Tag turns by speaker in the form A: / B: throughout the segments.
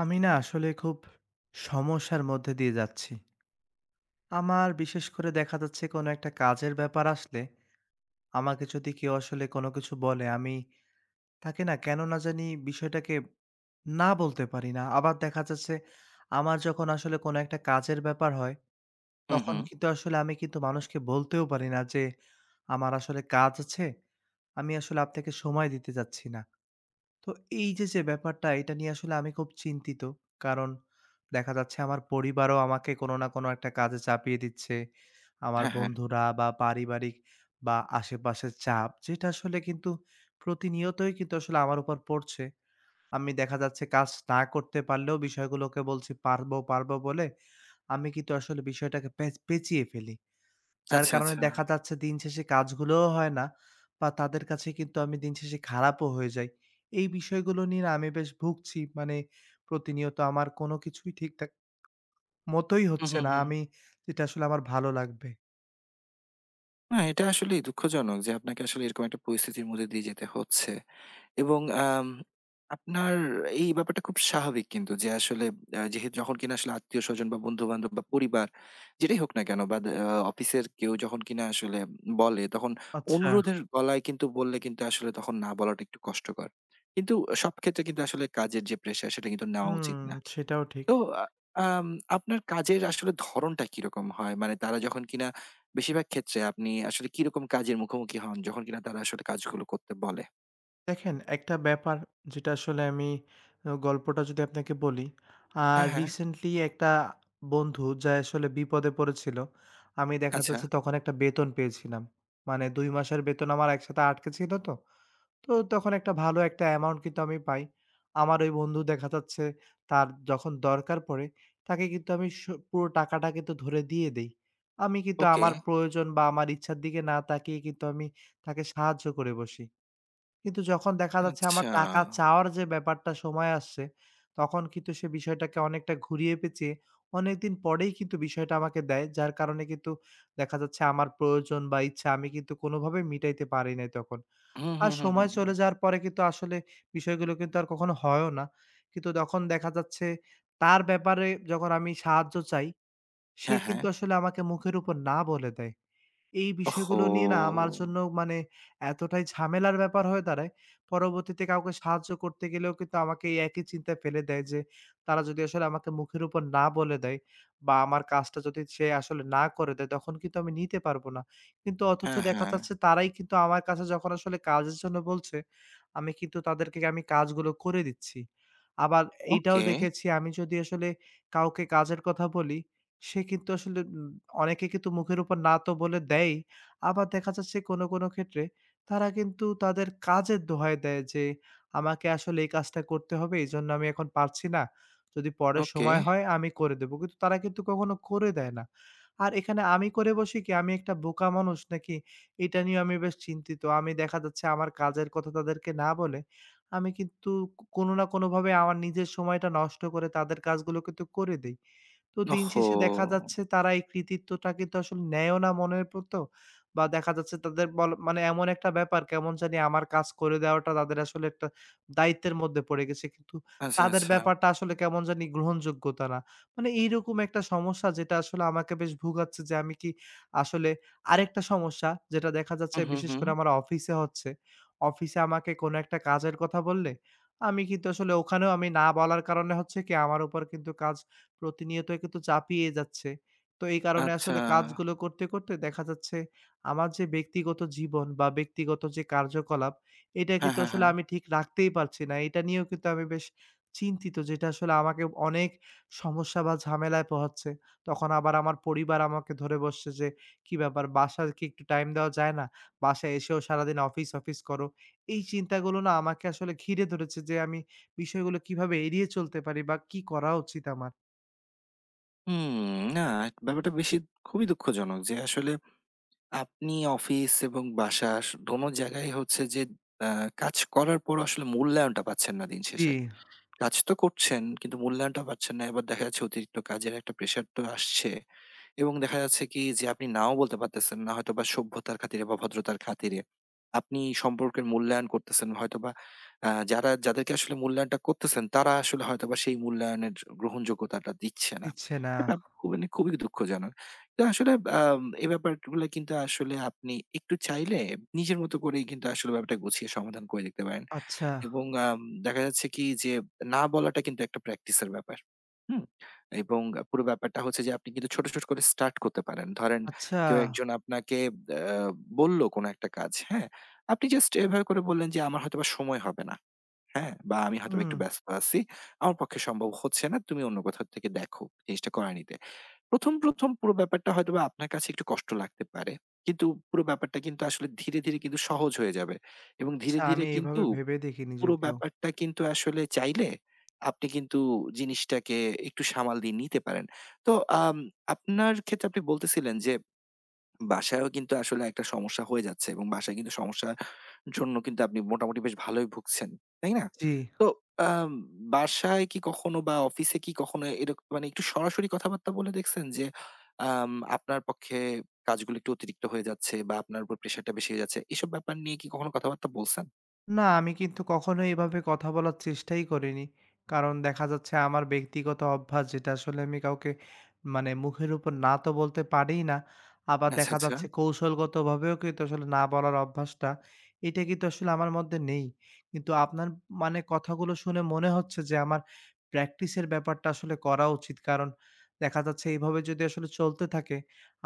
A: আমি না আসলে খুব সমস্যার মধ্যে দিয়ে যাচ্ছি। আমার বিশেষ করে দেখা যাচ্ছে কোনো একটা কাজের ব্যাপার আসলে আমাকে যদি কেউ আসলে কোনো কিছু বলে, আমি তাকে না কেন না জানি, বিষয়টাকে না বলতে পারি না। আবার দেখা যাচ্ছে আমার যখন আসলে কোনো একটা কাজের ব্যাপার হয়,
B: হুম,
A: তখন
B: হুম।
A: কিন্তু আসলে আমি কিন্তু মানুষকে বলতেও পারি না যে আমার আসলে কাজ আছে। আমি আসলে আপনাকে সময় দিতে চাচ্ছি না। তো এই যে, যে ব্যাপারটা, এটা নিয়ে আসলে আমি খুব চিন্তিত। কারণ দেখা যাচ্ছে আমার পরিবারও আমাকে কোনো না কোনো একটা কাজে চাপিয়ে দিচ্ছে। আমার
B: হ্যাঁ, হ্যাঁ।
A: বন্ধুরা বা পারিবারিক বা আশেপাশের চাপ, যেটা আসলে কিন্তু প্রতিনিয়তই কিন্তু আসলে আমার উপর পড়ছে। আমি দেখা যাচ্ছে কাজ না করতে পারলেও বিষয়গুলোকে বলছি, "পারবো, পারবো" বলে আমি কিন্তু আসলে বিষয়টাকে পেঁচিয়ে ফেলি। যার
B: আচ্ছা,
A: কারণে
B: আচ্ছা।
A: দেখা যাচ্ছে দিন শেষে কাজগুলোও হয় না বা তাদের কাছে কিন্তু আমি দিন শেষে খারাপও হয়ে যাই। এই বিষয়গুলো নিয়ে না আমি বেশ ভুগছি। মানে প্রতিনিয়ত আমার কোনো কিছুই ঠিকঠাক মতোই
B: হুম,
A: হচ্ছে
B: হুম,
A: না।
B: হুম।
A: আমি যেটা আসলে আমার ভালো লাগবে।
B: না, এটা আসলেই দুঃখজনক যে আপনাকে আসলে এরকম একটা পরিস্থিতির মধ্যে দিয়ে যেতে হচ্ছে। এবং আম আপনার এই ব্যাপারটা খুব স্বাভাবিক কিন্তু, যে আসলে যেহেতু যখন কিনা আসলে আত্মীয়স্বজন বা বন্ধু-বান্ধব বা পরিবার যেটাই হোক না কেন, বা দে আ অফিসের কেউ যখন কিনা আসলে বলে, তখন
A: আচ্ছা,
B: অনুরোধের গলায় কিন্তু বললে কিন্তু আসলে তখন না বলাটা একটু কষ্টকর। কিন্তু সব ক্ষেত্রে কিন্তু আসলে কাজের যে প্রেশার সেটা কিন্তু নেওয়া
A: হুম,
B: উচিত না।
A: সেটাও ঠিক।
B: তো আ আম আপনার কাজের আসলে ধরনটা কিরকম হয়? মানে তারা যখন কিনা বেশিরভাগ ক্ষেত্রে আপনি আসলে কিরকম কাজের মুখোমুখি হন, যখন কিনা তারা আসলে কাজগুলো করতে বলে?
A: দেখেন, একটা ব্যাপার যেটা আসলে আমি, গল্পটা যদি আপনাকে বলি, আ
B: হ্যাঁ, হ্যাঁ।
A: রিসেন্টলি একটা বন্ধু যে আসলে বিপদে পড়েছিল, আমি দেখা
B: আচ্ছা।
A: যাচ্ছে তখন একটা বেতন পেয়েছিলাম। মানে ২ মাসের বেতন আমার একসাথে আটকে ছিল তো। তো তখন একটা ভালো একটা অ্যামাউন্ট কিন্তু আমি পাই। আমার ওই বন্ধু দেখা যাচ্ছে, তার যখন দরকার পড়ে, তাকে কিন্তু আমি পুরো টাকাটা কিন্তু ধরে দিয়ে দেই। আমি কিন্তু
B: ওকে।
A: আমার প্রয়োজন বা আমার ইচ্ছার দিকে না তাকিয়ে কিন্তু আমি তাকে সাহায্য করে বসি। কিন্তু যখন দেখা যাচ্ছে আমার
B: আচ্ছা।
A: টাকা চাওয়ার যে ব্যাপারটা, সময় আসছে, তখন কিন্তু সে বিষয়টাকে অনেকটা ঘুরিয়ে পেঁচিয়ে অনেকদিন পরেই কিন্তু বিষয়টা আমাকে দেয়। যার কারণে কিন্তু দেখা যাচ্ছে আমার প্রয়োজন বা ইচ্ছা আমি কিন্তু কোনোভাবেই মিটাইতে পারি নাই তখন।
B: হুম,
A: আর
B: হুম, হুম,
A: সময়
B: হুম,
A: চলে
B: হুম।
A: যাওয়ার পরে কিন্তু আসলে বিষয়গুলো কিন্তু আর কখনো হয়ও না। কিন্তু তখন দেখা যাচ্ছে তার ব্যাপারে যখন আমি সাহায্য চাই, সে
B: হ্যাঁ, হ্যাঁ।
A: কিন্তু আসলে আমাকে মুখের উপর না বলে দেয়। এই বিষয়গুলো নিয়ে না
B: ওহহো!
A: আমার জন্য মানে এতটাই ঝামেলার ব্যাপার হয়ে দাঁড়ায়, পরবর্তীতে কাউকে সাহায্য করতে গেলেও কিন্তু আমাকে এই একই চিন্তায় ফেলে দেয় যে, তারা যদি আসলে আমাকে মুখের উপর না বলে দেয় বা আমার কাজটা যদি সে আসলে না করে দেয়, তখন কিন্তু আমি নিতে পারবো না। কিন্তু অথচ
B: হ্যাঁ, হ্যাঁ।
A: দেখা যাচ্ছে তারাই কিন্তু আমার কাছে যখন আসলে কাজের জন্য বলছে, আমি কিন্তু তাদেরকে আমি কাজগুলো করে দিচ্ছি। আবার এইটাও
B: ওকে,
A: দেখেছি, আমি যদি আসলে কাউকে কাজের কথা বলি, সে কিন্তু আসলে অনেকে কিন্তু মুখের উপর না তো বলে দেয়ই। আবার দেখা যাচ্ছে কোনো, কোনো ক্ষেত্রে তারা কিন্তু তাদের কাজের দোহাই দেয় যে, "আমাকে আসলে এই কাজটা করতে হবে। এজন্য আমি এখন পারছি না। যদি পরে
B: ওকে।
A: সময় হয়, আমি করে দেব।" কিন্তু তারা কিন্তু কখনো করে দেয় না। আর এখানে আমি করে বসি কি, আমি একটা বোকা মানুষ নাকি, এটা নিয়েও আমি বেশ চিন্তিত। আমি দেখা যাচ্ছে আমার কাজের কথা তাদেরকে না বলে, আমি কিন্তু কোনো না কোনোভাবে আমার নিজের সময়টা নষ্ট করে তাদের কাজগুলো কিন্তু করে দেই। তো দিন
B: ওহহো!
A: শেষে দেখা যাচ্ছে তারা এই কৃতিত্বটা কিন্তু আসলে নেয়ও না মনের মতো, বা দেখা যাচ্ছে তাদের মানে এমন একটা ব্যাপার, কেমন জানি আমার কাজ করে দেওয়াটা তাদের আসলে একটা দায়িত্বের মধ্যে পড়ে গেছে। কিন্তু
B: আচ্ছা,
A: তাদের
B: আচ্ছা।
A: ব্যাপারটা আসলে কেমন জানি গ্রহণযোগ্যতা না। মানে এইরকম একটা সমস্যা, যেটা আসলে আমাকে বেশ ভোগাচ্ছে যে আমি কি আসলে। আরেকটা সমস্যা যেটা দেখা যাচ্ছে
B: হুম, হুম,
A: বিশেষ
B: হুম।
A: করে আমার অফিসে হচ্ছে। অফিসে আমাকে কোনো একটা কাজের কথা বললে আমি কিন্তু আসলে ওখানেও আমি না বলার কারণে হচ্ছে কি, আমার উপর কিন্তু কাজ প্রতিনিয়ত কিন্তু চাপিয়ে যাচ্ছে। তো এই কারণে
B: আচ্ছা।
A: আসলে কাজগুলো করতে, করতে দেখা যাচ্ছে আমার যে ব্যক্তিগত জীবন বা ব্যক্তিগত যে কার্যকলাপ, এটা
B: হ্যাঁ,
A: কিন্তু
B: হ্যাঁ,
A: আসলে
B: হ্যাঁ।
A: আমি ঠিক রাখতেই পারছি না। এটা নিয়েও কিন্তু আমি বেশ চিন্তিত, যেটা আসলে আমাকে অনেক সমস্যা বা ঝামেলায় পোহাচ্ছে। তখন আবার আমার পরিবার আমাকে ধরে বসছে যে, "কি ব্যাপার, বাসায় কি একটু টাইম দেওয়া যায় না? বাসায় এসেও সারাদিন অফিস, অফিস করো।" এই চিন্তাগুলো না আমাকে আসলে ঘিরে ধরেছে যে আমি বিষয়গুলো কিভাবে এড়িয়ে চলতে পারি বা কি করা উচিত আমার?
B: হুম, না, ব্যাপারটা বেশি খুবই দুঃখজনক যে আসলে আপনি অফিস এবং বাসা দোনো জায়গায় হচ্ছে যে আ কাজ করার পরও আসলে মূল্যায়নটা পাচ্ছেন না দিন
A: জি,
B: শেষে। কাজ তো করছেন কিন্তু মূল্যায়নটা পাচ্ছেন না। এবার দেখা যাচ্ছে অতিরিক্ত কাজের একটা প্রেশার তো আসছে। এবং দেখা যাচ্ছে কি যে আপনি নাও বলতে পারতেছেন না হয়তোবা সভ্যতার খাতিরে বা ভদ্রতার খাতিরে। আপনি সম্পর্কের মূল্যায়ন করতেছেন হয়তোবা, যারা যাদেরকে আসলে মূল্যায়নটা করতেছেন তারা আসলে হয়তোবা সেই মূল্যায়নের গ্রহণযোগ্যতাটা দিচ্ছে না।
A: দিচ্ছে না।
B: এ ব্যাপ খুবই খুবই দুঃখজনক। তো আসলে এই ব্যাপারগুলো কিন্তু আসলে আপনি একটু চাইলে নিজের মতো করেই কিন্তু আসলে ব্যাপারটা গুছিয়ে সমাধান করে দেখতে পারেন।
A: আচ্ছা,
B: এবং দেখা যাচ্ছে কি যে না বলাটা কিন্তু একটা প্র্যাকটিসের ব্যাপার। হুম? এবং পুরো ব্যাপারটা হচ্ছে যে আপনি কিন্তু ছোট, ছোট করে স্টার্ট করতে পারেন। ধরেন
A: আচ্ছা।
B: কেউ একজন আপনাকে আ বলল কোনো একটা কাজ, হ্যাঁ? আপনি জাস্ট এভাবে করে বললেন যে, "আমার হয়তোবা সময় হবে না, হ্যাঁ? বা আমি হয়তোবা
A: হুম,
B: একটু ব্যস্ত আছি। আমার পক্ষে সম্ভব হচ্ছে না। তুমি অন্য কোথাও থেকে দেখো জিনিসটা করায় নিতে।" ১ম পুরো ব্যাপারটা হয়তোবা আপনার কাছে একটু কষ্ট লাগতে পারে। কিন্তু পুরো ব্যাপারটা কিন্তু আসলে ধীরে, ধীরে কিন্তু সহজ হয়ে যাবে। এবং
A: আচ্ছা,
B: ধীরে, ধীরে
A: আমি এভাবে
B: কিন্তু
A: ভেবে দেখিনি
B: পুরো
A: যদিও।
B: ব্যাপারটা কিন্তু আসলে চাইলে আপনি কিন্তু জিনিসটাকে একটু সামাল দিয়ে নিতে পারেন। তো আম আপনার ক্ষেত্রে আপনি বলতেছিলেন যে, বাসায়ও কিন্তু আসলে একটা সমস্যা হয়ে যাচ্ছে এবং বাসায় কিন্তু সমস্যার জন্য কিন্তু আপনি মোটামুটি বেশ ভালোই ভুগছেন, তাই না?
A: জি।
B: তো আম বাসায় কি কখনো বা অফিসে কি কখনো মানে একটু সরাসরি কথাবার্তা বলে দেখছেন যে, আপনার পক্ষে কাজগুলো একটু অতিরিক্ত হয়ে যাচ্ছে বা আপনার উপর প্রেশারটা বেশি হয়ে যাচ্ছে। এসব ব্যাপার নিয়ে কি কখনো কথাবার্তা বলছেন?
A: না, আমি কিন্তু কখনো এভাবে কথা বলার চেষ্টাই করিনি। কারণ দেখা যাচ্ছে আমার ব্যক্তিগত অভ্যাস, যেটা আসলে আমি কাউকে মানে মুখের উপর না তো বলতে পারিই না। আবার
B: আচ্ছা,
A: দেখা
B: আচ্ছা।
A: যাচ্ছে কৌশলগতভাবেও কিন্তু আসলে না বলার অভ্যাসটা, এটা কিন্তু আসলে আমার মধ্যে নেই। কিন্তু আপনার মানে কথাগুলো শুনে মনে হচ্ছে যে আমার প্র্যাকটিসের ব্যাপারটা আসলে করা উচিত। কারণ দেখা যাচ্ছে এভাবে যদি আসলে চলতে থাকে,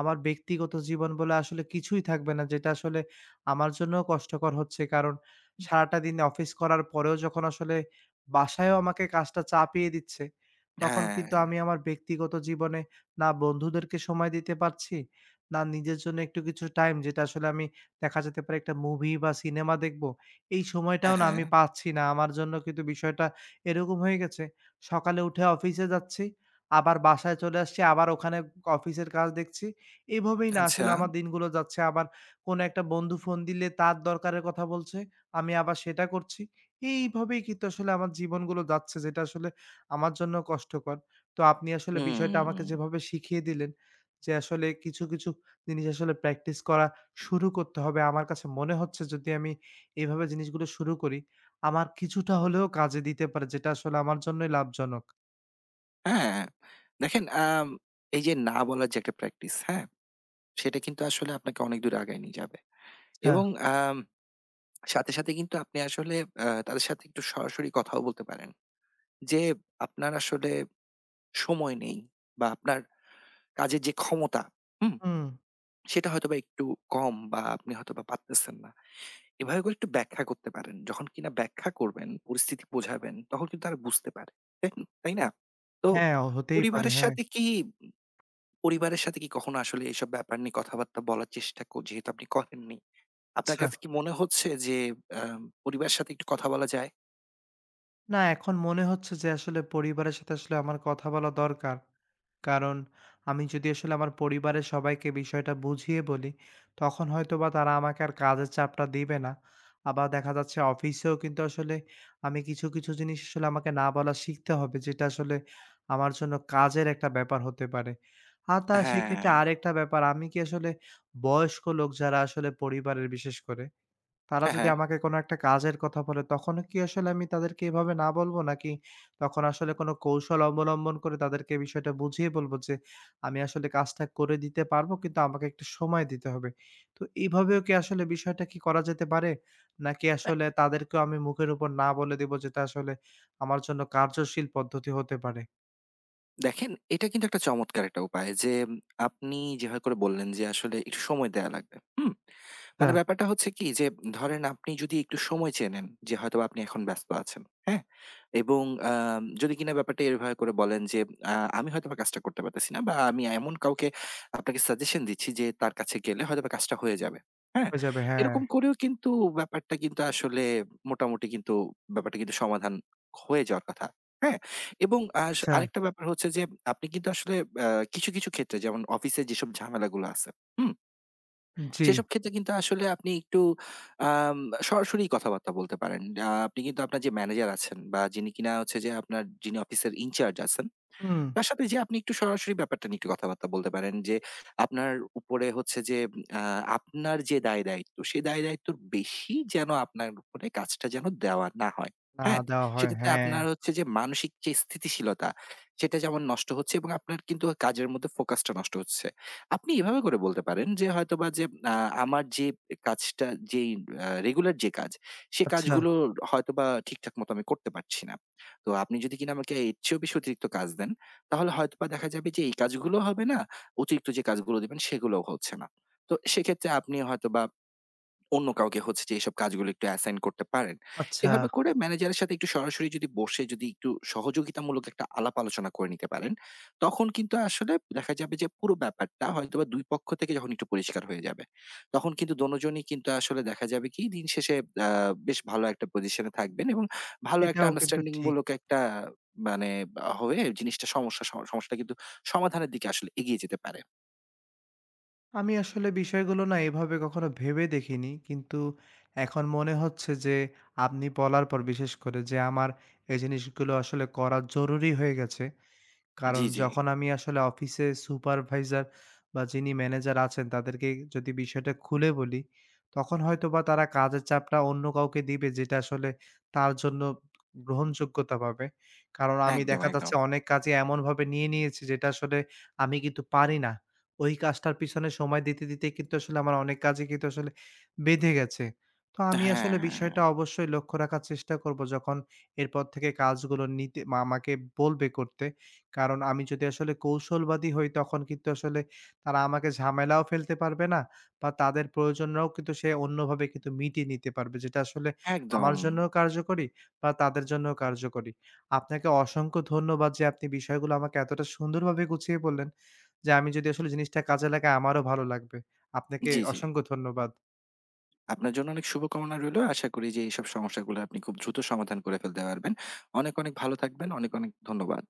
A: আমার ব্যক্তিগত জীবন বলে আসলে কিছুই থাকবে না। যেটা আসলে আমার জন্যও কষ্টকর হচ্ছে। কারণ সারাটা দিন অফিস করার পরেও যখন আসলে বাসায়ও আমাকে কাজটা চাপিয়ে দিচ্ছে, তখন কিন্তু
B: হ্যাঁ।
A: আমি আমার ব্যক্তিগত জীবনে না বন্ধুদেরকে সময় দিতে পারছি, না নিজের জন্য একটু কিছু টাইম, যেটা আসলে আমি দেখা যেতে পারে একটা মুভি বা সিনেমা দেখব। এই সময়টাও
B: হ্যাঁ,
A: না
B: হ্যাঁ।
A: আমি পাচ্ছি না। আমার জন্য কিন্তু বিষয়টা এরকম হয়ে গেছে। সকালে উঠে অফিসে যাচ্ছি, আবার বাসায় চলে আসছি, আবার ওখানে অফিসের কাজ দেখছি। এভাবেই না
B: আচ্ছা।
A: আসলে আমার দিনগুলো যাচ্ছে। আবার কোনো একটা বন্ধু ফোন দিলে তার দরকারের কথা বলছে। আমি আবার সেটা করছি। এইভাবেই কিন্তু আসলে আমার জীবনগুলো যাচ্ছে, যেটা আসলে আমার জন্য কষ্টকর। তো আপনি আসলে বিষয়টা আমাকে
B: হুম।
A: যেভাবে শিখিয়ে দিলেন যে আসলে কিছু, কিছু জিনিস আসলে প্র্যাকটিস করা শুরু করতে হবে। আমার কাছে মনে হচ্ছে যদি আমি এভাবে জিনিসগুলো শুরু করি, আমার কিছুটা হলেও কাজে দিতে পারে, যেটা আসলে আমার জন্যই লাভজনক।
B: হ্যাঁ, দেখেন, এই যে না বলার যে একটা প্র্যাকটিস, হ্যাঁ? সেটা কিন্তু আসলে আপনাকে অনেক দূর আগায় নিয়ে যাবে।
A: আচ্ছা।
B: এবং আম সাথে, সাথে কিন্তু আপনি আসলে তাদের সাথে একটু সরাসরি কথাও বলতে পারেন। যে আপনার আসলে সময় নেই বা আপনার কাজের যে ক্ষমতা, হুম?
A: হুম।
B: সেটা হয়তোবা একটু কম, বা আপনি হয়তোবা পারতেছেন না। এভাবে করে একটু ব্যাখ্যা করতে পারেন। যখন কিনা ব্যাখ্যা করবেন, পরিস্থিতি বোঝাবেন, তখন কিন্তু তারা বুঝতে পারে। তাই তাই না? তো
A: হ্যাঁ, হতেই পারে,
B: পরিবারের
A: হ্যাঁ।
B: সাথে কি পরিবারের সাথে কি কখনো আসলে এসব ব্যাপার নিয়ে কথাবার্তা বলার চেষ্টা যেহেতু আপনি করেননি। আপনার
A: আচ্ছা।
B: কাছে কি মনে হচ্ছে যে আ পরিবারের সাথে একটু কথা বলা যায়?
A: না, এখন মনে হচ্ছে যে আসলে পরিবারের সাথে আসলে আমার কথা বলা দরকার। কারণ আমি যদি আসলে আমার পরিবারের সবাইকে বিষয়টা বুঝিয়ে বলি, তখন হয়তোবা তারা আমাকে আর কাজের চাপটা দিবে না। আবার দেখা যাচ্ছে অফিসেও কিন্তু আসলে আমি কিছু, কিছু জিনিস আসলে আমাকে না বলা শিখতে হবে, যেটা আসলে আমার জন্য কাজের একটা ব্যাপার হতে পারে। আর তা সেক্ষেত্রে
B: হ্যাঁ,
A: আরেকটা ব্যাপার, আমি কি আসলে বয়স্ক লোক যারা আসলে পরিবারের বিশেষ করে, তারা
B: হ্যাঁ,
A: যদি
B: হ্যাঁ।
A: আমাকে কোনো একটা কাজের কথা বলে, তখনও কি আসলে আমি তাদেরকে এভাবে না বলবো? নাকি তখন আসলে কোনো কৌশল অবলম্বন করে তাদেরকে বিষয়টা বুঝিয়ে বলবো যে, "আমি আসলে কাজটা করে দিতে পারবো, কিন্তু আমাকে একটু সময় দিতে হবে।" তো এভাবেও কি আসলে বিষয়টা কি করা যেতে পারে? নাকি আসলে তাদেরকেও আমি মুখের উপর না বলে দিব, যেটা আসলে আমার জন্য কার্যশীল পদ্ধতি হতে পারে?
B: দেখেন, এটা কিন্তু একটা চমৎকার একটা উপায় যে আপনি যেভাবে করে বললেন যে আসলে একটু সময় দেয়া লাগবে। হুম? মানে
A: হ্যাঁ,
B: ব্যাপারটা হচ্ছে কি যে ধরেন আপনি যদি একটু সময় চেয়ে নেন যে হয়তোবা আপনি এখন ব্যস্ত আছেন। হ্যাঁ? এবং যদি কিনা ব্যাপারটা এভাবে করে বলেন যে আ আমি হয়তোবা কাজটা করতে পারতেছি না, বা আমি এমন কাউকে আপনাকে সাজেশন দিচ্ছি যে তার কাছে গেলে হয়তোবা কাজটা হয়ে যাবে। হ্যাঁ?
A: হয়ে যাবে। হ্যাঁ,
B: এরকম করেও কিন্তু ব্যাপারটা কিন্তু আসলে মোটামুটি কিন্তু ব্যাপারটা কিন্তু সমাধান হয়ে যাওয়ার কথা। হ্যাঁ? এবং
A: আচ্ছা।
B: আরেকটা ব্যাপার হচ্ছে যে আপনি কিন্তু আসলে আ কিছু, কিছু ক্ষেত্রে যেমন অফিসে যেসব ঝামেলাগুলো আছে, হুম?
A: জি,
B: সেসব ক্ষেত্রে কিন্তু আসলে আপনি একটু আম সরাসরি কথাবার্তা বলতে পারেন। আপনি কিন্তু আপনার যে ম্যানেজার আছেন বা যিনি কিনা হচ্ছে যে আপনার যিনি অফিসের ইনচার্জ আছেন
A: হুম।
B: তার সাথে যে আপনি একটু সরাসরি ব্যাপারটা নিয়ে একটু কথাবার্তা বলতে পারেন যে আপনার উপরে হচ্ছে যে আপনার যে দায় দায়িত্ব সেই দায় দায়িত্বর বেশি যেন আপনার উপরে কাজটা যেন দেওয়া না হয়।
A: না,
B: হ্যাঁ?
A: দেওয়া হয়।
B: সেটাতে
A: হ্যাঁ।
B: আপনার হচ্ছে যে মানসিক যে স্থিতিশীলতা সেটা যেমন নষ্ট হচ্ছে, এবং আপনার কিন্তু কাজের মধ্যে ফোকাসটা নষ্ট হচ্ছে। আপনি এভাবে করে বলতে পারেন যে হয়তোবা যে আ আমার যে কাজটা যেই রেগুলার যে কাজ সে
A: আচ্ছা,
B: কাজগুলো হয়তোবা ঠিকঠাক মতো আমি করতে পারছি না। তো আপনি যদি কিনা আমাকে এর চেয়েও বেশি অতিরিক্ত কাজ দেন, তাহলে হয়তোবা দেখা যাবে যে এই কাজগুলো হবে না, অতিরিক্ত যে কাজগুলো দিবেন সেগুলোও হচ্ছে না। তো সেক্ষেত্রে আপনি হয়তোবা অন্য কাউকে হচ্ছে যে এসব কাজগুলো একটু অ্যাসাইন করতে পারেন।
A: আচ্ছা।
B: এভাবে করে ম্যানেজারের সাথে একটু সরাসরি যদি বসে যদি একটু সহযোগিতামূলক একটা আলাপ আলোচনা করে নিতে পারেন, তখন কিন্তু আসলে দেখা যাবে যে পুরো ব্যাপারটা হয়তোবা ২ পক্ষ থেকে যখন একটু পরিষ্কার হয়ে যাবে, তখন কিন্তু দোনোজনই কিন্তু আসলে দেখা যাবে কি দিন শেষে আ বেশ ভালো একটা পজিশনে থাকবেন, এবং ভালো একটা
A: এটাও কিন্তু
B: আন্ডারস্ট্যান্ডিং
A: ঠিক।
B: মূলক একটা মানে আ হয়ে জিনিসটা সমস্যাটা কিন্তু সমাধানের দিকে আসলে এগিয়ে যেতে পারে।
A: আমি আসলে বিষয়গুলো না এভাবে কখনো ভেবে দেখিনি, কিন্তু এখন মনে হচ্ছে যে আপনি বলার পর বিশেষ করে যে আমার এই জিনিসগুলো আসলে করা জরুরি হয়ে গেছে। কারণ
B: জি, জি।
A: যখন আমি আসলে অফিসে সুপারভাইজার বা যিনি ম্যানেজার আছেন তাদেরকে যদি বিষয়টা খুলে বলি, তখন হয়তোবা তারা কাজের চাপটা অন্য কাউকে দিবে, যেটা আসলে তার জন্য গ্রহণযোগ্যতা পাবে। কারণ আমি
B: একদম,
A: দেখা যাচ্ছে
B: একদম।
A: অনেক কাজই এমনভাবে নিয়ে নিয়েছি, যেটা আসলে আমি কিন্তু পারি না। ওই কাজটার পিছনে সময় দিতে, দিতে কিন্তু আসলে আমার অনেক কাজই কিন্তু আসলে বেঁধে গেছে। তো আমি আসলে
B: হ্যাঁ,
A: বিষয়টা অবশ্যই লক্ষ্য রাখার চেষ্টা করব যখন এরপর থেকে কাজগুলো নিতে আমাকে বলবে করতে। কারণ আমি যদি আসলে কৌশলবাদী হই, তখন কিন্তু আসলে তারা আমাকে ঝামেলাও ফেলতে পারবে না বা তাদের প্রয়োজনরাও কিন্তু সে অন্যভাবে কিন্তু মিটিয়ে নিতে পারবে। যেটা আসলে আমার
B: একদম।
A: জন্যও কার্যকরী বা তাদের জন্যও কার্যকরী। আপনাকে অসংখ্য ধন্যবাদ যে আপনি বিষয়গুলো আমাকে এতটা সুন্দরভাবে গুছিয়ে বললেন যে আমি যদি আসলে জিনিসটা কাজে লাগাই, আমারও ভালো লাগবে। আপনাকে
B: জি, জি।
A: অসংখ্য ধন্যবাদ।
B: আপনার জন্য অনেক শুভকামনা রইলো। আশা করি যে এইসব সমস্যাগুলো আপনি খুব দ্রুত সমাধান করে ফেলতে পারবেন। অনেক, অনেক ভালো থাকবেন। অনেক, অনেক ধন্যবাদ।